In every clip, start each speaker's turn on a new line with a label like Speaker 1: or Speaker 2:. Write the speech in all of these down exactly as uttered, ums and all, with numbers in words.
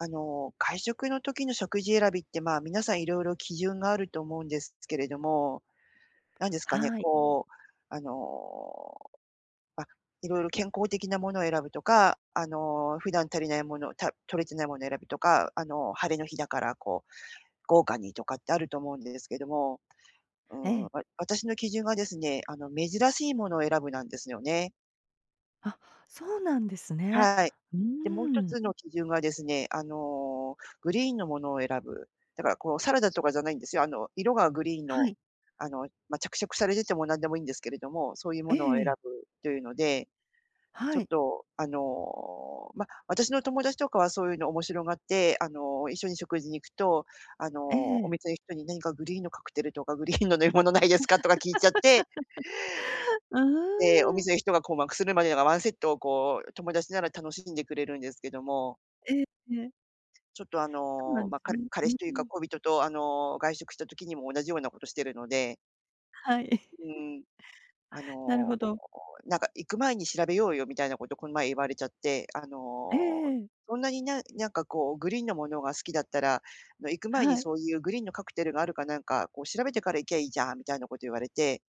Speaker 1: あの、会食の時の食事選びって、まあ、皆さんいろいろ基準があると思うんですけれども、なんですかね、
Speaker 2: はい。
Speaker 1: こう、あの、ま、いろいろ健康的なものを選ぶとか、あの、普段足りないもの、た取れてないものを選ぶとか、あの、晴れの日だからこう、豪華にとかってあると思うんですけども、うー
Speaker 2: え
Speaker 1: ん、わ
Speaker 2: え。
Speaker 1: 私の基準がですね、あの、珍しいものを選ぶなんですよね。
Speaker 2: あ、そうなんですね。
Speaker 1: はい。
Speaker 2: う
Speaker 1: で、もう一
Speaker 2: ーん。
Speaker 1: つの基準がですね、あの、グリーンのものを選ぶ。だからこうサラダとかじゃないんですよ。あの、色がグリーン
Speaker 2: は
Speaker 1: の、
Speaker 2: い。
Speaker 1: あの、まあ、着色されてても何でもいいんですけれども、そういうも
Speaker 2: え
Speaker 1: のを選
Speaker 2: え。
Speaker 1: ぶというので、ちょ
Speaker 2: は
Speaker 1: っ
Speaker 2: い。
Speaker 1: と、あの、まあ、私の友達とかはそういうの面白がって、あの、一緒に食事に行くと、あの、
Speaker 2: え
Speaker 1: お
Speaker 2: え。
Speaker 1: 店の人に「何かグリーンのカクテルとかグリーンの飲み物ないですか？」とか聞いちゃって、
Speaker 2: う
Speaker 1: で、お
Speaker 2: ーん。
Speaker 1: 店の人が困惑するまでがワンセットをこう友達なら楽しんでくれるんですけども、
Speaker 2: ええええ。
Speaker 1: ちょっとあ
Speaker 2: そうな
Speaker 1: の、
Speaker 2: んで
Speaker 1: ま、あ
Speaker 2: すね。
Speaker 1: 彼
Speaker 2: う
Speaker 1: 彼
Speaker 2: ー
Speaker 1: 氏というか
Speaker 2: ん。
Speaker 1: 恋人とあの、外食した時にも同じようなことしてるので、
Speaker 2: はい。
Speaker 1: うん、あ
Speaker 2: なるほ
Speaker 1: の、
Speaker 2: ど。
Speaker 1: なんか行く前に調べようよみたいなことこの前言われちゃって、あ
Speaker 2: ええ
Speaker 1: の、
Speaker 2: ええ。
Speaker 1: そんなにななんかこうグリーンのものが好きだったら、あの行く前に
Speaker 2: はい。
Speaker 1: そういうグリーンのカクテルがあるかなんか、こう調べてから行きゃいいじゃんみたいなこと言われて、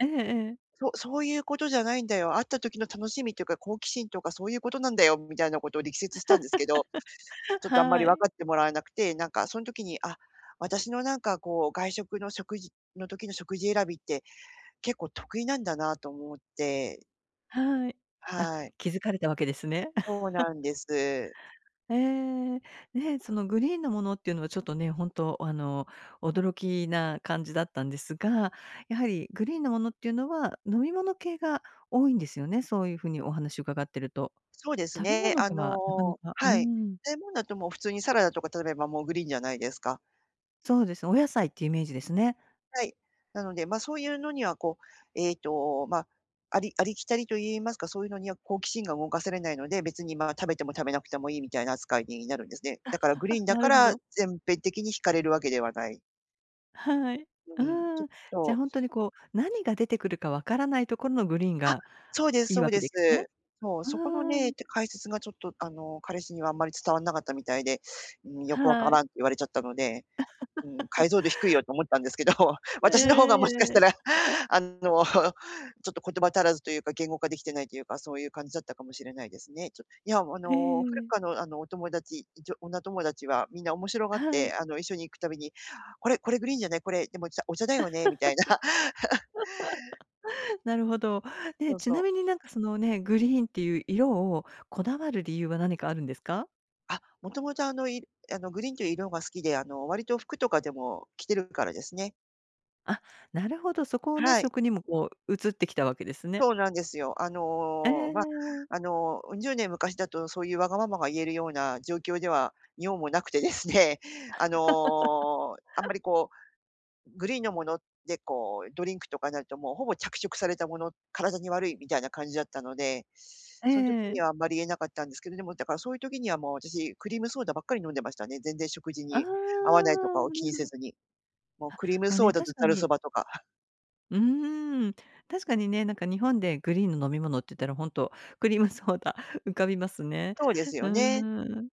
Speaker 2: ええええ。
Speaker 1: そそういうことじゃないんだよ。会った時の楽しみというか好奇心とかそういうことなんだよみたいなことを力説したんですけど、ちょっとあんまり
Speaker 2: は
Speaker 1: 分
Speaker 2: い。
Speaker 1: かってもらえなくて、なんかその時に、あ、私のなんかこう、外食の食事の時の食事選びって結構得意なんだなと思って、
Speaker 2: はい。あ、
Speaker 1: はい。
Speaker 2: 気づかれたわけですね。
Speaker 1: そうなんです。
Speaker 2: ええ、ね、そのグリーンのものっていうのはちょっとね、本当あの、驚きな感じだったんですが、やはりグリーンのものっていうのは、飲み物系が多いんですよね、そういう風にお話伺ってると。
Speaker 1: そうです
Speaker 2: 食べ
Speaker 1: ね。
Speaker 2: 物
Speaker 1: あ
Speaker 2: ではなかな
Speaker 1: の
Speaker 2: かう
Speaker 1: はい。
Speaker 2: ん、
Speaker 1: そういうもんだともう普通にサラダとか食べればもうグリーンじゃないですか。
Speaker 2: そうですね、お野菜っていうイメージですね。
Speaker 1: はい。なので、まあ、そういうのにはこう、えっと、まあ、ありありきたりと言いますか、そういうのには好奇心が動かされないので、別に、まあ、食べても食べなくてもいいみたいな扱いになるんですね。だからグリーン だ
Speaker 2: な
Speaker 1: か
Speaker 2: るほ
Speaker 1: ら
Speaker 2: ど。
Speaker 1: 全編的に惹かれるわけではない。
Speaker 2: はい。
Speaker 1: うん、ちょ
Speaker 2: う
Speaker 1: っ
Speaker 2: ん。じゃ、あ
Speaker 1: と
Speaker 2: 本当にこう、何が出てくるかわからないところのグリーン
Speaker 1: あ、
Speaker 2: が
Speaker 1: そうです
Speaker 2: いい
Speaker 1: そう
Speaker 2: わ
Speaker 1: で
Speaker 2: けで
Speaker 1: す。
Speaker 2: すね。
Speaker 1: そう、そこの
Speaker 2: う
Speaker 1: ね、
Speaker 2: ん、
Speaker 1: て解説がちょっとあの、彼氏にはあんまり伝わんなかったみたいで、うん、よくわか
Speaker 2: は
Speaker 1: らん
Speaker 2: い。
Speaker 1: って言われちゃったのでうん、解像度低いよと思ったんですけど、私の方がもしかし
Speaker 2: え
Speaker 1: たら、
Speaker 2: え。
Speaker 1: あの、ちょっと言葉足らずというか、言語化できてないというか、そういう感じだったかもしれないですね。ちょいや、あ
Speaker 2: え
Speaker 1: の、古く
Speaker 2: え。
Speaker 1: かの、あの、お友達、じょ女友達はみんな面白がっ
Speaker 2: は
Speaker 1: て、
Speaker 2: い。
Speaker 1: あの、一緒に行くたびに、「これこれグリーンじゃない？これ、でも、お茶だよね」みたいな。
Speaker 2: なるほど。
Speaker 1: そ
Speaker 2: で、
Speaker 1: う
Speaker 2: ち
Speaker 1: そう。
Speaker 2: なみになんかそのね、グリーンっていう色をこだわる理由は何かあるんですか？
Speaker 1: あ、もともと、あの、いあの、グリーンという色が好きで、あの、割と服とかでも着てるからですね。
Speaker 2: あ、なるほど、そこをね、
Speaker 1: はい。
Speaker 2: 食にもこう移ってきたわけですね。
Speaker 1: そうなんですよ。あ
Speaker 2: え
Speaker 1: の、まあ、
Speaker 2: ええ
Speaker 1: あの、うねんじゅうねん昔だとそういうわがままが言えるような状況では日本もなくてですね、あの、あんまりこう、グリーンのものでこう、ドリンクとかになるともうほぼ着色されたもの、体に悪いみたいな感じだったので、その時に
Speaker 2: え
Speaker 1: はあんまり言えなかったんですけど、でもだからそういう時にはもう私、クリームソーダばっかり飲んでましたね。全然食事
Speaker 2: あ
Speaker 1: に合わないとか
Speaker 2: あ、
Speaker 1: を気
Speaker 2: な
Speaker 1: にせ
Speaker 2: る
Speaker 1: ずに。もうクリーム
Speaker 2: もう
Speaker 1: ソー
Speaker 2: ね、
Speaker 1: ダと
Speaker 2: 確か
Speaker 1: ざるそ
Speaker 2: に
Speaker 1: ばとか。
Speaker 2: うーん、確かにね、なんか日本でグリーンの飲み物って言ったらほんと、クリームソーダ 浮かびますね。
Speaker 1: そうです
Speaker 2: う
Speaker 1: よね。
Speaker 2: ーん。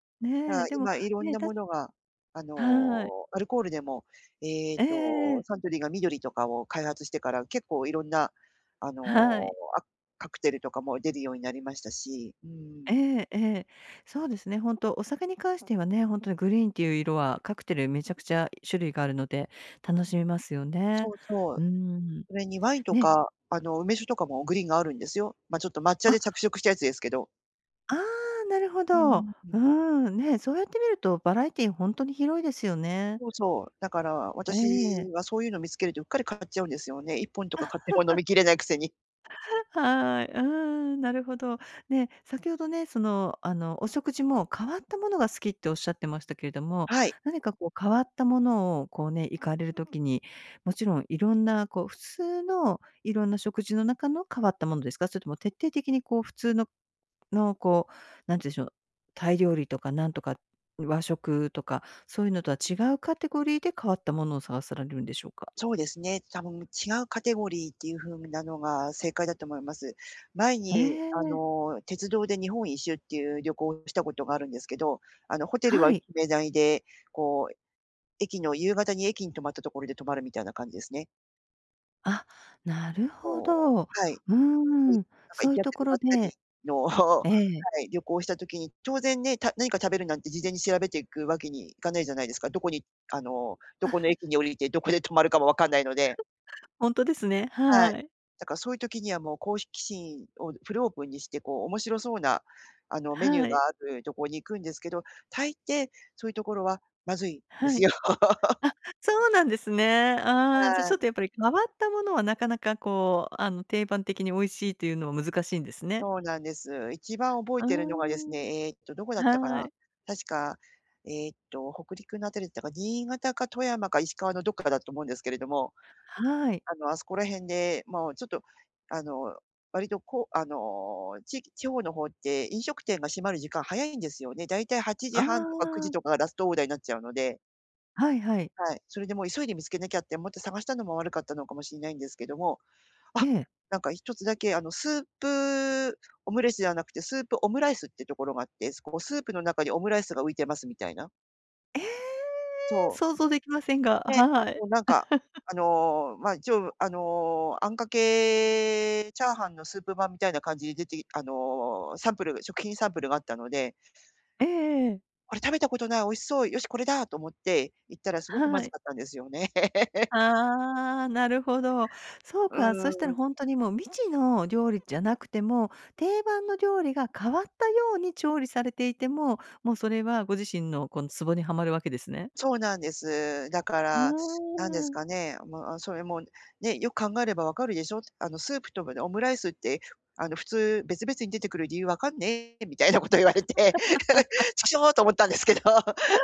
Speaker 1: だか
Speaker 2: ね、
Speaker 1: ら
Speaker 2: でも、
Speaker 1: 今いろん
Speaker 2: ね、
Speaker 1: な
Speaker 2: た
Speaker 1: ものが、あ
Speaker 2: はい。
Speaker 1: の、アルコールでも、えっ
Speaker 2: ええ
Speaker 1: と、
Speaker 2: え。
Speaker 1: サントリーが緑とかを開発してから、結構いろんな、あ
Speaker 2: は
Speaker 1: の、
Speaker 2: い。
Speaker 1: あ、カクテルとかも出るようになりましたし、うー
Speaker 2: え
Speaker 1: ん、
Speaker 2: えええ。そうですね、本当お酒に関してはね、本当にグリーンっていう色はカクテルめちゃくちゃ種類があるので、楽しめますよ
Speaker 1: そ
Speaker 2: ね。
Speaker 1: うそ
Speaker 2: うー
Speaker 1: う。
Speaker 2: ん。
Speaker 1: それにワインと
Speaker 2: ね、
Speaker 1: か、あの、梅酒とかもグリーンがあるんですよ。ま、ちょっと抹茶
Speaker 2: あ、
Speaker 1: で着色したやつですけど。
Speaker 2: ああ、なるほ
Speaker 1: う
Speaker 2: ど。う
Speaker 1: ー
Speaker 2: ー
Speaker 1: ん。
Speaker 2: ん、ね、そうやって見るとバラエティー本当に広いですよね。
Speaker 1: そうそう。だから
Speaker 2: え
Speaker 1: 私
Speaker 2: え。
Speaker 1: はそういうの見つけるとうっかり買っちゃうんですよね。いっぽんとか買っても飲みきれないくせに。
Speaker 2: はい、うん、なるほど。ね、先ほどね、その、あの、お食事も変わったものが好きっておっしゃってましたけれども、
Speaker 1: はい。
Speaker 2: 何かこう変わったものをこうね、行かれるときに、もちろんいろんなこう普通のいろんな食事の中の変わったものですか？それとも徹底的にこう普通ののこう、何て言うんでしょう、タイ料理とかなんとか、和食とか、そういうのとは違うカテゴリーで変わったものを探されるんでしょうか？
Speaker 1: そうですね。多分違うカテゴリーっていう風なのが正解だと思います。前
Speaker 2: え
Speaker 1: にあ
Speaker 2: え、
Speaker 1: の、鉄道で日本一周っていう旅行をしたことがあるんですけど、あのホテル
Speaker 2: は
Speaker 1: は決
Speaker 2: い。
Speaker 1: めないで、こう駅の夕方に駅に泊まったところで泊まるみたいな感じですね。
Speaker 2: あ、なるほ
Speaker 1: こ
Speaker 2: ど。う
Speaker 1: うはい。そういう
Speaker 2: ーん、
Speaker 1: なんか
Speaker 2: そ
Speaker 1: 行
Speaker 2: うい
Speaker 1: き
Speaker 2: う
Speaker 1: 当た
Speaker 2: とこ
Speaker 1: りば
Speaker 2: ろ
Speaker 1: ったり
Speaker 2: で
Speaker 1: の、
Speaker 2: ええ。
Speaker 1: はい、旅行をした時に、当然ね、た何か食べるなんて事前に調べていくわけにいかないじゃないですか。どこにあの、どこの駅に降りて、どこで泊まるかもわかんないので。
Speaker 2: ほんとですね。
Speaker 1: はい。
Speaker 2: はい。
Speaker 1: だからそういう時にはもう好奇心をフルオープンにして、こう面白そうな、あの、メニュー
Speaker 2: はい。
Speaker 1: があるとこに行くんですけど、大抵そういうところはまずいんで
Speaker 2: は
Speaker 1: す
Speaker 2: い。
Speaker 1: よ。
Speaker 2: あ、そうなんですね。ああ、じゃ、
Speaker 1: は
Speaker 2: ちょ
Speaker 1: い、
Speaker 2: っとやっぱり変わったものはなかなかこう、あの、定番的に美味しいというのは難しいんですね。
Speaker 1: そうなんです。一番覚え
Speaker 2: う
Speaker 1: てるのがです
Speaker 2: ーん。
Speaker 1: ね、えーっとどこだったか
Speaker 2: は
Speaker 1: な。
Speaker 2: い。
Speaker 1: 確か、えーっと北陸のあたりだったか、新潟か富山か石川のどっかだと思うんですけれども
Speaker 2: はい。
Speaker 1: あの、あそこら辺で、まあちょっと、あの、割とこう、あの、地域地方の方って飲食店が閉まる時間早いんですよね。だいたい8
Speaker 2: あ
Speaker 1: 時半とかくじ
Speaker 2: あ、
Speaker 1: とかがラストオーダーになっちゃうので、
Speaker 2: はいはい。
Speaker 1: はい。それでもう急いで見つけなきゃって思って探したのも悪かったのかもしれないんですけども、
Speaker 2: え
Speaker 1: あ、
Speaker 2: え。
Speaker 1: なんか一つだけあの、スープオムレツではなくて、スープオムライスってところがあって、こうスープの中にオムライスが浮いてますみたいな。
Speaker 2: ええ、
Speaker 1: そ
Speaker 2: 想
Speaker 1: う。
Speaker 2: 像できませんが、
Speaker 1: ね、
Speaker 2: はい。
Speaker 1: もうなんか、あの、まあ、一応、あの、あんかけチャーハンのスープ版みたいな感じで出てあの、サンプル食品サンプルがあったので、
Speaker 2: ええええ。
Speaker 1: これ食べたことない、美味しそう、よしこれだと思って行ったらすごくま
Speaker 2: は
Speaker 1: ず
Speaker 2: い。
Speaker 1: かったんですよね。
Speaker 2: ああ、なるほど。そう
Speaker 1: う
Speaker 2: か、そしたら
Speaker 1: ん、
Speaker 2: 本当にもう未知の料理じゃなくても、定番の料理が変わったように調理されていても、もうそれはご自身のこのツボにはまるわけですね。
Speaker 1: そうなんです。だか
Speaker 2: う
Speaker 1: ら、なんで
Speaker 2: ー
Speaker 1: す
Speaker 2: ん。
Speaker 1: かね、まあ、それもね、よく考えればわかるでしょ、あのスープとオムライスって、あの普通別々に出てくる理由わかんねえみたいなこと言われて、ちくしょうと思ったんですけど。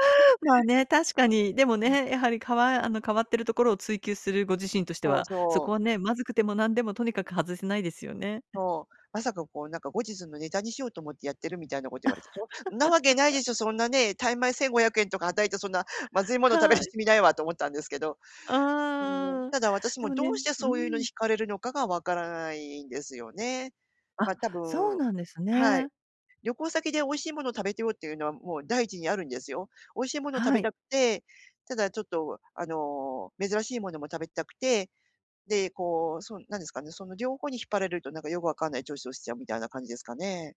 Speaker 2: まあね、確かに。でもね、やはり変わあの、変わってるところを追求するご自身として
Speaker 1: そう
Speaker 2: は、そこ
Speaker 1: そ
Speaker 2: は
Speaker 1: う、
Speaker 2: ね、まずくても何でもとにかく外せないですよね。
Speaker 1: そう。まさかこうなんか後日のネタにしようと思ってやってるみたいなこと言われて、そんなわけないでしょ、そんなね、タイ米せんごひゃくえんとかはたいてそんなまずい もの食べる
Speaker 2: はい。
Speaker 1: 趣味ないわと思ったんですけど。うーん、
Speaker 2: ああ。
Speaker 1: ただ私
Speaker 2: で
Speaker 1: も
Speaker 2: も
Speaker 1: ど
Speaker 2: ね
Speaker 1: うして
Speaker 2: う
Speaker 1: そういうのに
Speaker 2: ん。
Speaker 1: 惹かれるのかがわからないんですよね。
Speaker 2: あ、
Speaker 1: ま、多
Speaker 2: そう
Speaker 1: 分。
Speaker 2: なんです
Speaker 1: はい。
Speaker 2: ね。
Speaker 1: 旅行先で美味しいもの食べてようっていうのはもう第一にあるんですよ。美味しいもの食
Speaker 2: は
Speaker 1: べ
Speaker 2: い。
Speaker 1: たくて、ただちょっとあの、珍しいものも食べたくて、で、こう、そう、なんですかね、その両方に引っ張られるとなんかよくわかんない調子をしちゃうみたいな感じですかね。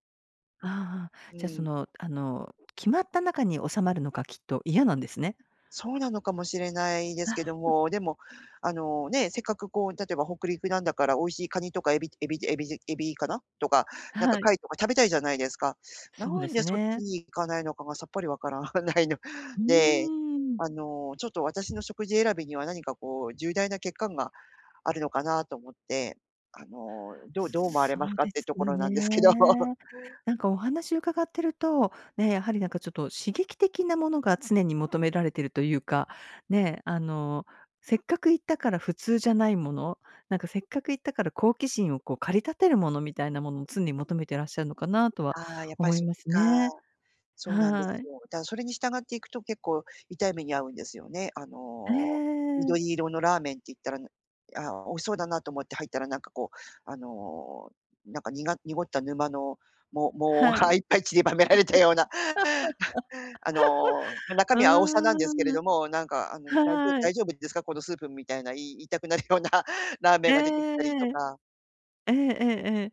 Speaker 2: ああ、
Speaker 1: う
Speaker 2: じゃ、そ
Speaker 1: ん。
Speaker 2: の、あの、決まった中に収まるのがきっと嫌なんですね。
Speaker 1: そうなのかもしれないですけども、でも、あの、ね、せっかくこう、例えば北陸なんだから美味しいカニとかエビエビエビエビかな？とか、なんか
Speaker 2: はい。
Speaker 1: 貝とか食べたいじゃないですか。な
Speaker 2: そうで
Speaker 1: ん
Speaker 2: す
Speaker 1: でそっち
Speaker 2: ね。
Speaker 1: に行かないのかがさっぱりわから ないの
Speaker 2: う
Speaker 1: で、
Speaker 2: ーん。
Speaker 1: あの、ちょっと私の食事選びには何かこう重大な欠陥があるのかなと思って、あの、どうどう思われ
Speaker 2: そ
Speaker 1: ます
Speaker 2: う
Speaker 1: かっ
Speaker 2: で
Speaker 1: て
Speaker 2: す
Speaker 1: ところなんですけど。
Speaker 2: ね。なんかお話伺ってると、ね、やはりなんかちょっと刺激的なものが常に求められてるというか、ね、あの、せっかく行ったから普通じゃないもの、なんかせっかく行ったから好奇心をこう駆り立てるものみたいなものを常に求めてらっしゃるのかなとは
Speaker 1: ああ、やっぱり
Speaker 2: 思い
Speaker 1: そっ
Speaker 2: ま
Speaker 1: ち
Speaker 2: す
Speaker 1: か。
Speaker 2: ね。
Speaker 1: そうなんで
Speaker 2: は
Speaker 1: す
Speaker 2: い。
Speaker 1: よ。だ、それに従っていくと結構痛い目に遭うんですよね。あ
Speaker 2: え
Speaker 1: のー、
Speaker 2: え。
Speaker 1: 緑色のラーメンって言ったら、あー美味しそうだなと思って入ったらなんかこう、あのー、なんかにが濁った沼の、も
Speaker 2: は
Speaker 1: 藻が い
Speaker 2: い。
Speaker 1: っぱい散りばめられたような、あのー、ま中
Speaker 2: う
Speaker 1: 身は青さなんですけれ
Speaker 2: ーん。
Speaker 1: ども、なんかあの、「大丈夫
Speaker 2: は
Speaker 1: 大
Speaker 2: い。
Speaker 1: 丈夫ですか？このスープ」みたいな、い言いたくなるような ラーメ
Speaker 2: え
Speaker 1: ン
Speaker 2: え
Speaker 1: が出てきたりとか。
Speaker 2: ええええええ。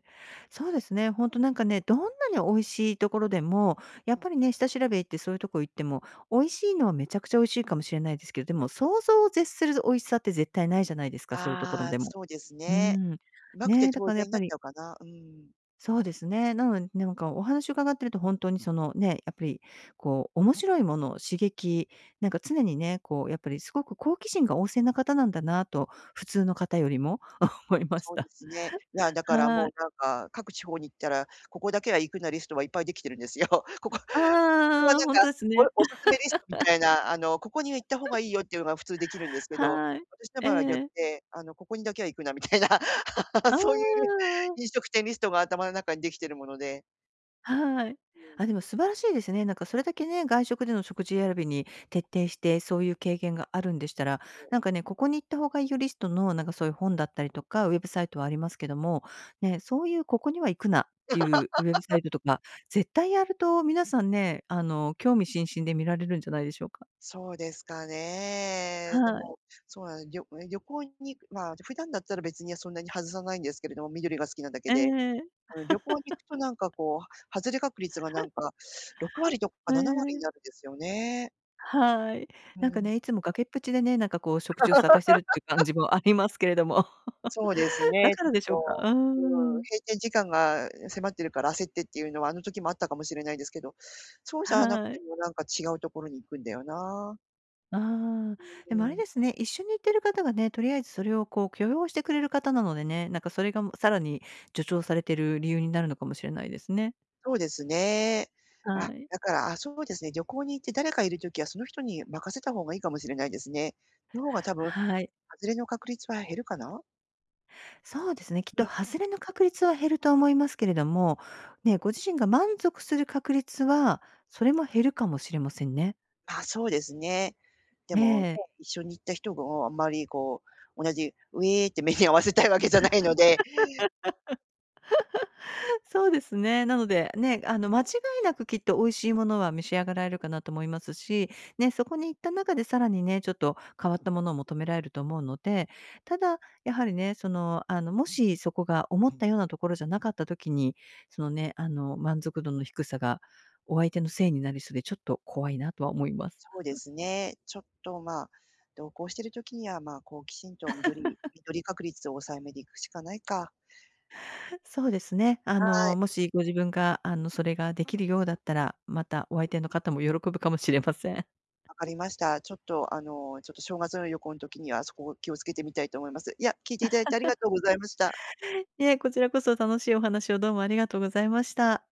Speaker 2: そうですね、ほんとなんかね、どんなに美味しいところでも、やっぱりね、下調べ行ってそういうとこ行っても、美味しいのはめちゃくちゃ美味しいかもしれないですけど、でも想像を絶する美味しさって絶対ないじゃないですか、そういうところ
Speaker 1: ああ、
Speaker 2: でも。
Speaker 1: そうです
Speaker 2: う
Speaker 1: ね。
Speaker 2: ーん。
Speaker 1: うまくて
Speaker 2: ね、だ
Speaker 1: 当
Speaker 2: からや
Speaker 1: 然
Speaker 2: っ
Speaker 1: に
Speaker 2: ぱ
Speaker 1: なっち
Speaker 2: り
Speaker 1: ゃうかな。うん。
Speaker 2: そうですね。なので、なんかお話伺ってると本当にそのね、やっぱりこう面白いもの刺激、なんか常にね、こうやっぱりすごく好奇心が旺盛な方なんだなと、普通の方よりも 思いまし
Speaker 1: そうで
Speaker 2: た。
Speaker 1: すね。いや、だからも
Speaker 2: は
Speaker 1: う
Speaker 2: い。
Speaker 1: なんか、各地方に行ったら、ここだけは行くなリストはいっぱいできてるんですよ。ここそれは
Speaker 2: ああ、
Speaker 1: なん
Speaker 2: 本
Speaker 1: か、
Speaker 2: 当です
Speaker 1: お
Speaker 2: ね。
Speaker 1: おすすめリストみたいな、あの、ここには行った方がいいよっていうのが普通できるんですけど、
Speaker 2: はい。
Speaker 1: 私の
Speaker 2: え
Speaker 1: 場合は逆
Speaker 2: え。
Speaker 1: で、あの、ここにだけは行くなみたいな、
Speaker 2: あ
Speaker 1: そういうね
Speaker 2: あ
Speaker 1: 飲
Speaker 2: ー。
Speaker 1: 食店リストが頭の中にできてるもので。
Speaker 2: はい。
Speaker 1: うん。
Speaker 2: あ、でも素晴らしいですね。なんかそれだけね、外食での食事選びに徹底して、そういう経験があるんでしたら、なんかね、ここに行った方がいいよリストの、なんかそういう本だったりとか、ウェブサイトはありますけども、ね、そういうここには行くなっていうウェブサイトとか、絶対やると皆さんね、あの、興味津々で見られるんじゃないでしょうか。
Speaker 1: そうですかね。で
Speaker 2: は
Speaker 1: も、
Speaker 2: い。
Speaker 1: そうなん旅、旅行にまあ、普段だったら別にそんなに外さないんですけれども、緑が好きなだけ
Speaker 2: え
Speaker 1: で。
Speaker 2: え、
Speaker 1: うん、旅行に行くとなんかこう、外れ確率がなんかろく割とか
Speaker 2: え
Speaker 1: なな割に
Speaker 2: え、
Speaker 1: なるんですよね。
Speaker 2: はい。
Speaker 1: う
Speaker 2: なんか
Speaker 1: ん、
Speaker 2: ね、いつも崖っぷちでね、なんかこう食事を探してるっていう感じもありますけれども。
Speaker 1: そうです
Speaker 2: だ
Speaker 1: ね、
Speaker 2: か
Speaker 1: ちょっ
Speaker 2: らでしょうか。
Speaker 1: と、
Speaker 2: う
Speaker 1: うん、
Speaker 2: ん。
Speaker 1: 閉店時間が迫ってるから焦ってっていうのはあの時もあったかもしれないですけど、そうじゃなく
Speaker 2: は
Speaker 1: て
Speaker 2: い。
Speaker 1: もなんか違うところに行くんだよな。
Speaker 2: ああ、
Speaker 1: う
Speaker 2: でもあれ
Speaker 1: ん、
Speaker 2: ですね、一緒に行ってる方がね、とりあえずそれをこう許容してくれる方なのでね、なんかそれがもうさらに助長されてる理由になるのかもしれないですね。
Speaker 1: そうですね。
Speaker 2: は
Speaker 1: あ、
Speaker 2: い。
Speaker 1: だから、あ、そうですね、旅行に行って誰かいる時はその人に任せた方がいいかもしれないですね。の方が多分、
Speaker 2: はい。
Speaker 1: 外れの確率は減るかな？
Speaker 2: そうですね、きっ
Speaker 1: う
Speaker 2: と
Speaker 1: ん、
Speaker 2: 外れの確率は減ると思いますけれども、ね、ご自身が満足する確率は、それも減るかもしれませんね。
Speaker 1: まあ、そうですね。で
Speaker 2: え
Speaker 1: もね、
Speaker 2: え。
Speaker 1: 一緒に行った人があんまりこう、同じ「ウエー」って目に合わせたいわけじゃないので、
Speaker 2: そうですね。なので、ね、あの、間違いなくきっと美味しいものは召し上がられるかなと思いますし、ね、そこに行った中でさらにね、ちょっと変わったものを求められると思うので、ただ、やはりね、その、あの、もしそこが思ったようなところじゃなかった時に、そのね、あの、満足度の低さがお相手のせいになりそうで、ちょっと怖いなとは思います。
Speaker 1: そうですね、ちょっと、まあ、同行してる時には、まあ、こう、きちんと緑緑確率を抑えめでいくしかないか。
Speaker 2: そうですね。あ
Speaker 1: はい、
Speaker 2: の、もしご自分が、あの、それができるようだったら、またお相手の方も喜ぶかもしれません。
Speaker 1: わかりました。ちょっと、あの、ちょっと正月の旅行の時にはそこを気をつけてみたいと思います。いや、聞いていただいてありがとうございました。
Speaker 2: いえ、こちらこそ楽しいお話をどうもありがとうございました。